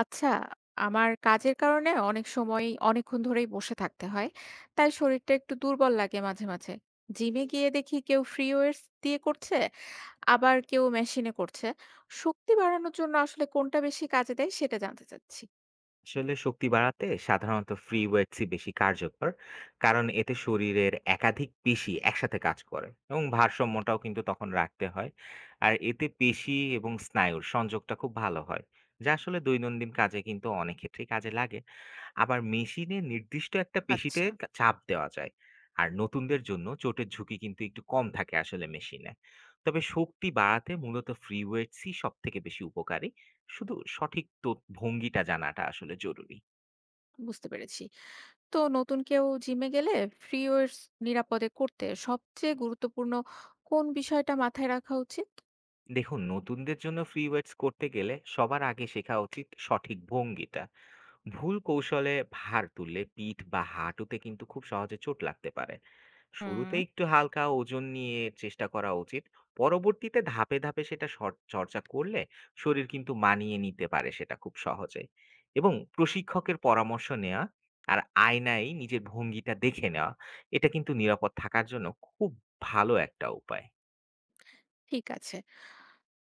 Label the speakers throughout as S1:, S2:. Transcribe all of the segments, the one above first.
S1: আচ্ছা, আমার কাজের কারণে অনেক সময় অনেকক্ষণ ধরেই বসে থাকতে হয়। তাই শরীরটা একটু দুর্বল লাগে মাঝে, মাঝে। জিমে গিয়ে দেখি কেউ ফ্রি ওয়েটস দিয়ে করছে, আবার কেউ মেশিনে করছে। শক্তি বাড়ানোর জন্য আসলে কোনটা বেশি কাজে দেয় সেটা জানতে চাচ্ছি।
S2: আসলে শক্তি বাড়াতে সাধারণত ফ্রি ওয়েটসই বেশি কার্যকর, কারণ এতে শরীরের একাধিক পেশি একসাথে কাজ করে এবং ভারসাম্যটাও কিন্তু তখন রাখতে হয়। আর এতে পেশি এবং স্নায়ুর সংযোগটা খুব ভালো হয়, যা আসলে দৈনন্দিন কাজে কিন্তু অনেক ক্ষেত্রেই কাজে লাগে। আবার মেশিনে নির্দিষ্ট একটা পেশিতে
S1: আচ্ছা,
S2: চাপ দেওয়া যায়। আর নতুনদের জন্য চোটের ঝুঁকি কিন্তু একটু কম থাকে আসলে মেশিনে। তবে শক্তি বাড়াতে মূলত ফ্রি ওয়েটসই সব থেকে বেশি উপকারী। শুধু সঠিক তো ভঙ্গিটা জানাটা আসলে জরুরি।
S1: বুঝতে পেরেছি। তো নতুন কেউ জিমে গেলে ফ্রি ওয়েটস নিরাপদে করতে সবচেয়ে গুরুত্বপূর্ণ কোন বিষয়টা মাথায় রাখা উচিত?
S2: দেখুন, নতুনদের জন্য ফ্রি ওয়েটস করতে গেলে সবার আগে শেখা উচিত সঠিক ভঙ্গিটা। ভুল কৌশলে ভার তুললে পিঠ বা হাঁটুতে কিন্তু খুব সহজে চোট লাগতে পারে। শুরুতে
S1: হুম।
S2: একটু হালকা ওজন নিয়ে চেষ্টা করা উচিত। পরবর্তীতে ধাপে ধাপে সেটা চর্চা করলে শরীর কিন্তু মানিয়ে নিতে পারে সেটা খুব সহজে। এবং প্রশিক্ষকের পরামর্শ নেওয়া আর আয়নায় নিজের ভঙ্গিটা দেখে নেওয়া, এটা কিন্তু নিরাপদ থাকার জন্য খুব ভালো একটা উপায়।
S1: ঠিক আছে।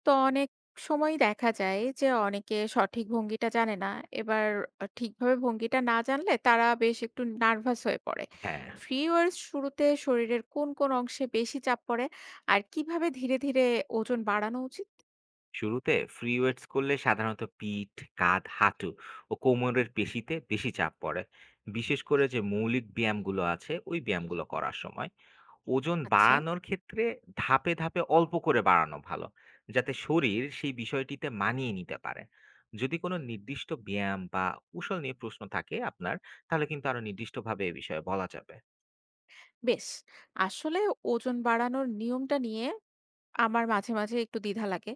S1: তো অনেক সময় দেখা যায় যে অনেকে সঠিক ভঙ্গিটা জানে না। এবার ঠিকভাবে ভঙ্গিটা না জানলে তারা বেশ একটু নার্ভাস হয়ে পড়ে।
S2: হ্যাঁ,
S1: ফ্রি ওয়ার্স শুরুতে শরীরের কোন, কোন অংশে বেশি চাপ পড়ে? আর কিভাবে ধীরে, ধীরে ওজন বাড়ানো উচিত?
S2: শুরুতে ফ্রি ওয়েটস করলে সাধারণত পিঠ, কাঁধ, হাঁটু ও কোমরের পেশিতে বেশি চাপ পড়ে, বিশেষ করে যে মৌলিক ব্যায়ামগুলো আছে ওই ব্যায়ামগুলো করার সময়। ওজন
S1: আচ্ছা,
S2: বাড়ানোর ক্ষেত্রে ধাপে ধাপে অল্প করে বাড়ানো ভালো, যাতে শরীর সেই বিষয়টিতে মানিয়ে নিতে পারে। যদি কোনো নির্দিষ্ট ব্যায়াম বা কৌশল নিয়ে প্রশ্ন থাকে আপনার, তাহলে কিন্তু আরো নির্দিষ্টভাবে এ বিষয়ে বলা যাবে।
S1: বেশ। আসলে ওজন বাড়ানোর নিয়মটা নিয়ে আমার মাঝে, মাঝে একটু দ্বিধা লাগে।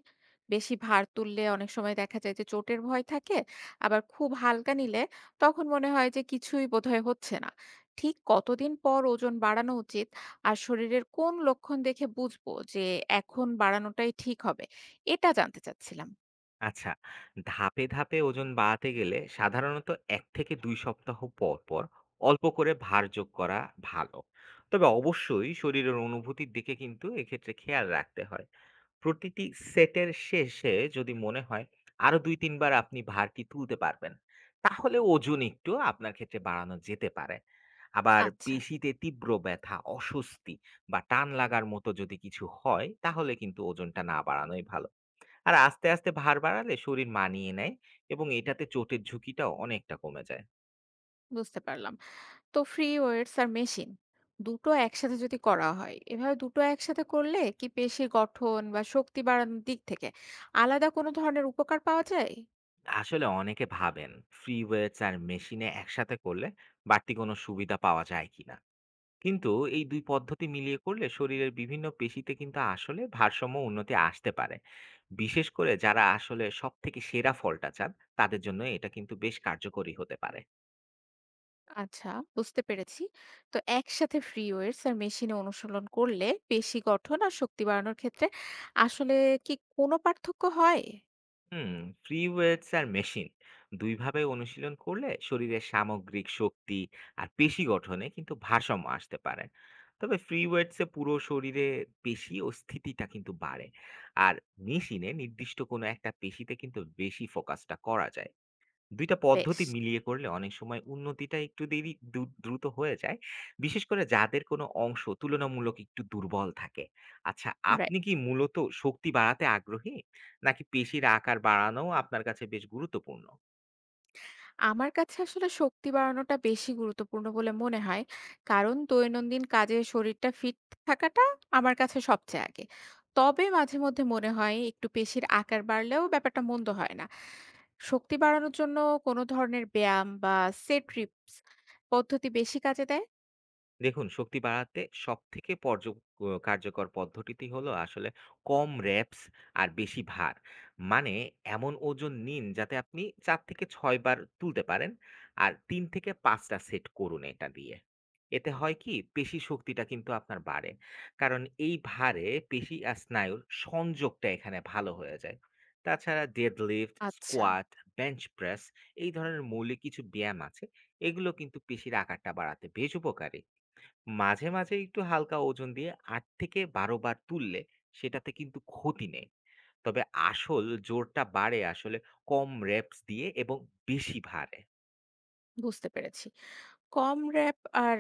S1: বেশি ভার তুললে অনেক সময় দেখা যায় যে চোটের ভয় থাকে। আবার খুব হালকা নিলে তখন মনে হয় যে কিছুই বোধহয় হচ্ছে না। ঠিক কতদিন পর ওজন বাড়ানো উচিত আর শরীরের কোন লক্ষণ দেখে বুঝবো যে এখন বাড়ানোটাই ঠিক হবে? এটা জানতে চাচ্ছিলাম।
S2: আচ্ছা, ধাপে ধাপে ওজন বাড়াতে গেলে সাধারণত ১ থেকে ২ সপ্তাহ পর পর অল্প করে ভার যোগ করা ভালো। তবে অবশ্যই শরীরের অনুভূতির দিকে কিন্তু এক্ষেত্রে খেয়াল রাখতে হয়। প্রতিটি সেটের শেষে যদি মনে হয় আরো ২-৩ বার আপনি ভারটি তুলতে পারবেন, তাহলে ওজন একটু আপনার ক্ষেত্রে বাড়ানো যেতে পারে। আবার
S1: আচ্ছা,
S2: পেশিতে তীব্র ব্যথা, অস্বস্তি বা টান লাগার মতো যদি কিছু হয়, তাহলে কিন্তু ওজনটা না বাড়ানোই ভালো। আর আস্তে আস্তে ভার বাড়ালে শরীর মানিয়ে নেয় এবং এটাতে চোটের ঝুঁকিটাও অনেকটা কমে যায়।
S1: বুঝতে পারলাম। তো ফ্রি ওয়েটস আর মেশিন ২ টো একসাথে যদি করা হয়, এভাবে ২ টো একসাথে করলে কি পেশির গঠন বা শক্তি বাড়ানোর দিক থেকে আলাদা কোনো ধরনের উপকার পাওয়া যায়?
S2: আসলে অনেকে ভাবেন ফ্রি ওয়েটস আর মেশিনে একসাথে করলে বাড়তি কোনো সুবিধা পাওয়া যায় কিনা। কিন্তু এই ২ পদ্ধতি মিলিয়ে করলে শরীরের বিভিন্ন পেশিতে কিন্তু আসলে ভারসাম্য উন্নতি আসতে পারে। বিশেষ করে যারা আসলে সবথেকে সেরা ফলটা চান, তাদের জন্য এটা কিন্তু বেশ কার্যকরী হতে পারে।
S1: আচ্ছা, বুঝতে পেরেছি। তো একসাথে ফ্রি ওয়েটস আর মেশিনে অনুশীলন করলে পেশি গঠন আর শক্তি বাড়ানোর ক্ষেত্রে আসলে কি কোনো পার্থক্য হয়?
S2: হুম, ফ্রি ওয়েটস আর মেশিন দুইভাবে অনুশীলন করলে শরীরের সামগ্রিক শক্তি আর পেশি গঠনে কিন্তু ভারসাম্য আসতে পারে। তবে ফ্রি ওয়েটসে পুরো শরীরে পেশি ও স্থিতিটা কিন্তু বাড়ে। আর মেশিনে নির্দিষ্ট কোনো একটা পেশিতে কিন্তু বেশি ফোকাসটা করা যায়। ২ টা
S1: বেশ।
S2: পদ্ধতি মিলিয়ে করলে অনেক সময় উন্নতিটা একটু দেরি দু দ্রুত হয়ে যায়। বিশেষ করে যাদের কোনো অংশ তুলনামূলক একটু দুর্বল থাকে। আচ্ছা, আপনি
S1: রাইট।
S2: কি মূলত শক্তি বাড়াতে আগ্রহী? নাকি পেশির আকার বাড়ানোও আপনার কাছে বেশ গুরুত্বপূর্ণ?
S1: আমার কাছে আসলে শক্তি বাড়ানোটা বেশি গুরুত্বপূর্ণ বলে মনে হয়, কারণ দৈনন্দিন কাজে শরীরটা ফিট থাকাটা আমার কাছে সবচেয়ে আগে। তবে মাঝে মধ্যে মনে হয় একটু পেশির আকার বাড়লেও ব্যাপারটা মন্দ হয় না। শক্তি বাড়ানোর জন্য কোনো ধরনের ব্যায়াম বা সেট রিপস পদ্ধতি বেশি কাজে দেয়?
S2: দেখুন, শক্তি বাড়াতে সবথেকে পর্য অ কার্যকর পদ্ধতিটি হলো আসলে কম reps আর বেশি ভার। মানে, এমন ওজন নিন যাতে আপনি ৪ থেকে ৬ বার তুলতে পারেন আর ৩ থেকে ৫ টা সেট করুন এটা দিয়ে। এতে হয় কি, পেশি শক্তিটা কিন্তু আপনার বাড়ে। কারণ এই ভারে পেশি আর স্নায়ুর সংযোগটা এখানে ভালো হয়ে যায়। তাছাড়া deadlift,
S1: আচ্ছা,
S2: squat, bench press এই ধরনের মৌলিক কিছু ব্যায়াম আছে। এগুলো কিন্তু পেশির আকারটা বাড়াতে বেশ উপকারী। মাঝে মাঝে একটু হালকা ওজন দিয়ে ৮ থেকে ১২ বার তুললে সেটাতে কিন্তু ক্ষতি নেই। তবে আসল জোরটা বাড়ে আসলে কম র‍্যাপস দিয়ে এবং বেশি ভারে।
S1: বুঝতে পেরেছি। কম র‍্যাপ আর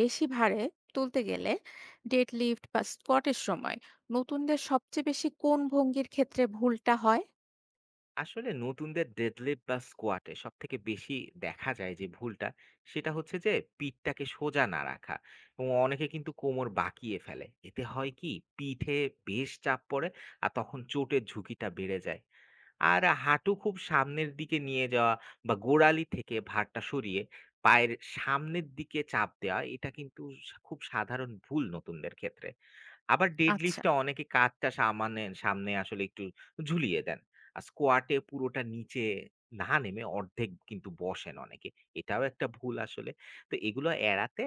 S1: বেশি ভারে তুলতে গেলে ডেডলিফট বা স্কোয়াটের সময় নতুনদের সবচেয়ে বেশি কোন ভঙ্গির ক্ষেত্রে ভুলটা হয়?
S2: আসলে নতুনদের ডেডলিফট বা স্কোয়াটে সবথেকে বেশি দেখা যায় যে ভুলটা, সেটা হচ্ছে যে পিঠটাকে সোজা না রাখা এবং অনেকে কিন্তু কোমর বাঁকিয়ে ফেলে। এতে হয় কি, পিঠে বেশ চাপ পড়ে আর তখন চোটের ঝুঁকিটা বেড়ে যায়। আর হাঁটু খুব সামনের দিকে নিয়ে যাওয়া বা গোড়ালি থেকে ভারটা সরিয়ে পায়ের সামনের দিকে চাপ দেওয়া, এটা কিন্তু খুব সাধারণ ভুল নতুনদের ক্ষেত্রে। আবার
S1: আচ্ছা,
S2: ডেডলিফটে অনেকে কাঁধটা সামনে সামনে আসলে একটু ঝুলিয়ে দেন। আর স্কোয়াটে পুরোটা নিচে না নেমে অর্ধেক কিন্তু বসেন অনেকে, এটাও একটা ভুল আসলে। তো এগুলো এড়াতে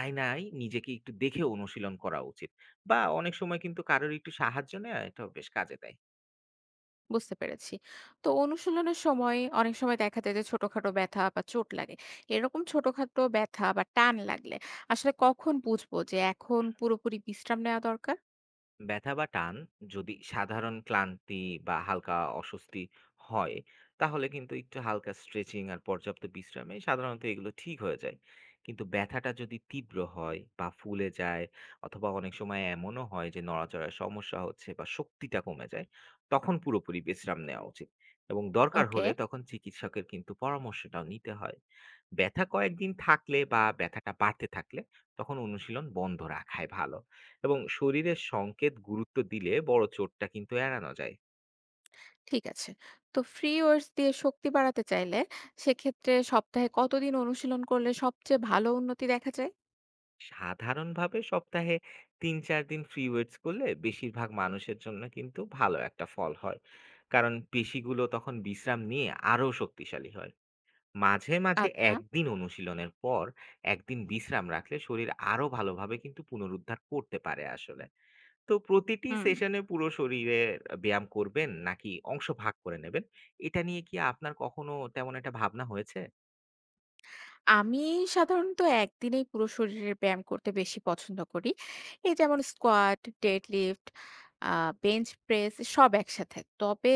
S2: আয়নায় নিজেকে একটু দেখে অনুশীলন করা উচিত বা অনেক সময় কিন্তু কারোর একটু সাহায্য নেওয়া, এটা বেশ কাজে দেয়।
S1: বুঝতে পেরেছি। তো অনুশীলনের সময় অনেক সময় দেখা যায় যে ছোটখাটো ব্যথা বা চোট লাগে। এরকম ছোটখাটো ব্যথা বা টান লাগলে আসলে কখন বুঝবো যে এখন পুরোপুরি বিশ্রাম নেওয়া দরকার?
S2: ব্যথা বা টান যদি সাধারণ ক্লান্তি বা হালকা অস্বস্তি হয়, তাহলে কিন্তু একটু হালকা স্ট্রেচিং আর পর্যাপ্ত বিশ্রামে সাধারণত এগুলো ঠিক হয়ে যায়। কিন্তু ব্যথাটা যদি তীব্র হয় বা ফুলে যায়, অথবা অনেক সময় এমনও হয় যে নড়াচড়ায় সমস্যা হচ্ছে বা শক্তিটা কমে যায়, তখন পুরোপুরি বিশ্রাম নেওয়া উচিত এবং দরকার
S1: ওকে।
S2: হলে তখন চিকিৎসকের কিন্তু পরামর্শটাও নিতে হয়। ব্যথা কয়েকদিন থাকলে বা ব্যথাটা বাড়তে থাকলে তখন অনুশীলন বন্ধ রাখাই ভালো, এবং শরীরের সংকেত গুরুত্ব দিলে বড় চোটটা কিন্তু এড়ানো যায়।
S1: ঠিক আছে। তো ফ্রি ওয়ার্কস দিয়ে শক্তি বাড়াতে চাইলে সেক্ষেত্রে সপ্তাহে কতদিন অনুশীলন করলে সবচেয়ে ভালো উন্নতি দেখা যায়?
S2: সাধারণভাবে সপ্তাহে তিন চার দিন ফ্রি ওয়েটস করলে বেশিরভাগ মানুষের জন্য কিন্তু ভালো একটা ফল হয়, কারণ পেশিগুলো তখন বিশ্রাম নিয়ে আরো শক্তিশালী হয়। মাঝে মাঝে
S1: আচ্ছা।
S2: একদিন অনুশীলনের পর একদিন বিশ্রাম রাখলে শরীর আরো ভালোভাবে কিন্তু পুনরুদ্ধার করতে পারে আসলে। তো প্রতিটি
S1: হুম।
S2: সেশনে পুরো শরীরে ব্যায়াম করবেন নাকি অংশ ভাগ করে নেবেন, এটা নিয়ে কি আপনার কখনো তেমন একটা ভাবনা হয়েছে?
S1: আমি সাধারণত একদিনেই পুরো শরীরের ব্যায়াম করতে বেশি পছন্দ করি। এই যেমন squat, deadlift, uh bench press সব একসাথে। তবে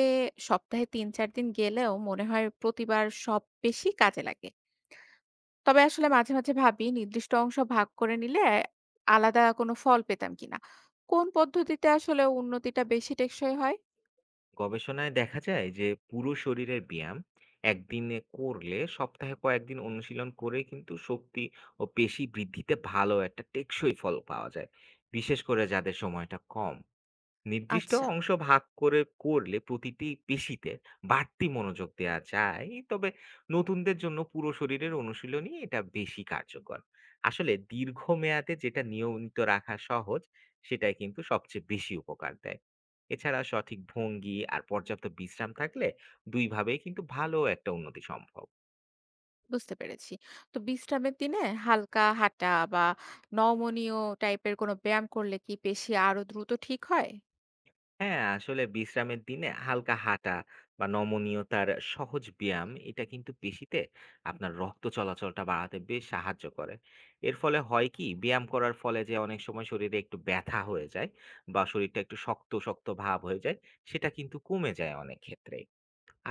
S1: সপ্তাহে ৩-৪ দিন গেলেও মনে হয় প্রতিবার সব বেশি কাজে লাগে। তবে আসলে মাঝে, মাঝে ভাবি নির্দিষ্ট অংশ ভাগ করে নিলে আলাদা কোনো ফল পেতাম কিনা। কোন পদ্ধতিতে আসলে উন্নতিটা বেশি টেকসই হয়?
S2: গবেষণায় দেখা যায় যে পুরো শরীরের ব্যায়াম একদিনে করলে সপ্তাহে কয়েকদিন অনুশীলন করে কিন্তু শক্তি ও পেশি বৃদ্ধিতে ভালো একটা টেকসই ফল পাওয়া যায়, বিশেষ করে যাদের সময়টা কম। নির্দিষ্ট
S1: আচ্ছা,
S2: অংশ ভাগ করে করলে প্রতিটি পেশিতে বাড়তি মনোযোগ দেওয়া যায়, তবে নতুনদের জন্য পুরো শরীরের অনুশীলনই এটা বেশি কার্যকর। আসলে দীর্ঘমেয়াদে যেটা নিয়মিত রাখা সহজ, সেটাই কিন্তু সবচেয়ে বেশি উপকার দেয়। এছাড়া সঠিক ভঙ্গি আর পর্যাপ্ত বিশ্রাম থাকলে দুইভাবেই কিন্তু ভালো একটা উন্নতি সম্ভব।
S1: বুঝতে পেরেছি। তো বিশ্রামের দিনে হালকা হাঁটা বা নমনীয় টাইপের কোনো ব্যায়াম করলে কি পেশি আরো দ্রুত ঠিক হয়?
S2: হ্যাঁ, আসলে বিশ্রামের দিনে হালকা হাঁটা বা নমনীয়তার সহজ ব্যায়াম, এটা কিন্তু পেশিতে আপনার রক্ত চলাচলটা বাড়াতে বেশ সাহায্য করে। এর ফলে হয় কি, ব্যায়াম করার ফলে যে অনেক সময় শরীরে একটু ব্যথা হয়ে যায় বা শরীরটা একটু শক্ত শক্ত ভাব হয়ে যায়, সেটা কিন্তু কমে যায় অনেক ক্ষেত্রে।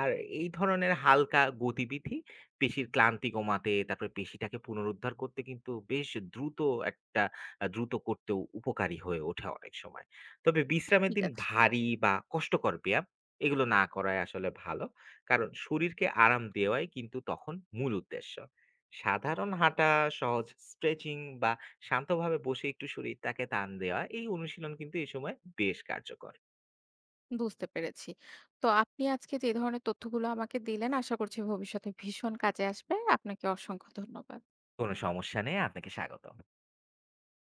S2: আর এই ধরনের হালকা গতিবিধি পেশির ক্লান্তি কমাতে, তারপরে পেশিটাকে পুনরুদ্ধার করতে কিন্তু বেশ দ্রুত একটা দ্রুত করতেও উপকারী হয়ে ওঠে অনেক সময়। তবে বিশ্রামের
S1: ঠিক
S2: দিন
S1: আছে,
S2: ভারী বা কষ্টকর ব্যায়াম এগুলো না করাই আসলে ভালো। কারণ শরীরকে আরাম দেওয়াই কিন্তু তখন মূল উদ্দেশ্য। সাধারণ হাঁটা, সহজ স্ট্রেচিং বা শান্তভাবে বসে একটু শরীরটাকে টান দেওয়া, এই অনুশীলন কিন্তু এই সময় বেশ কার্যকর।
S1: বুঝতে পেরেছি। তো আপনি আজকে যে ধরনের তথ্যগুলো আমাকে দিলেন আশা করছি ভবিষ্যতে ভীষণ কাজে আসবে। আপনাকে অসংখ্য ধন্যবাদ।
S2: কোনো সমস্যা নেই। আপনাকে স্বাগতম।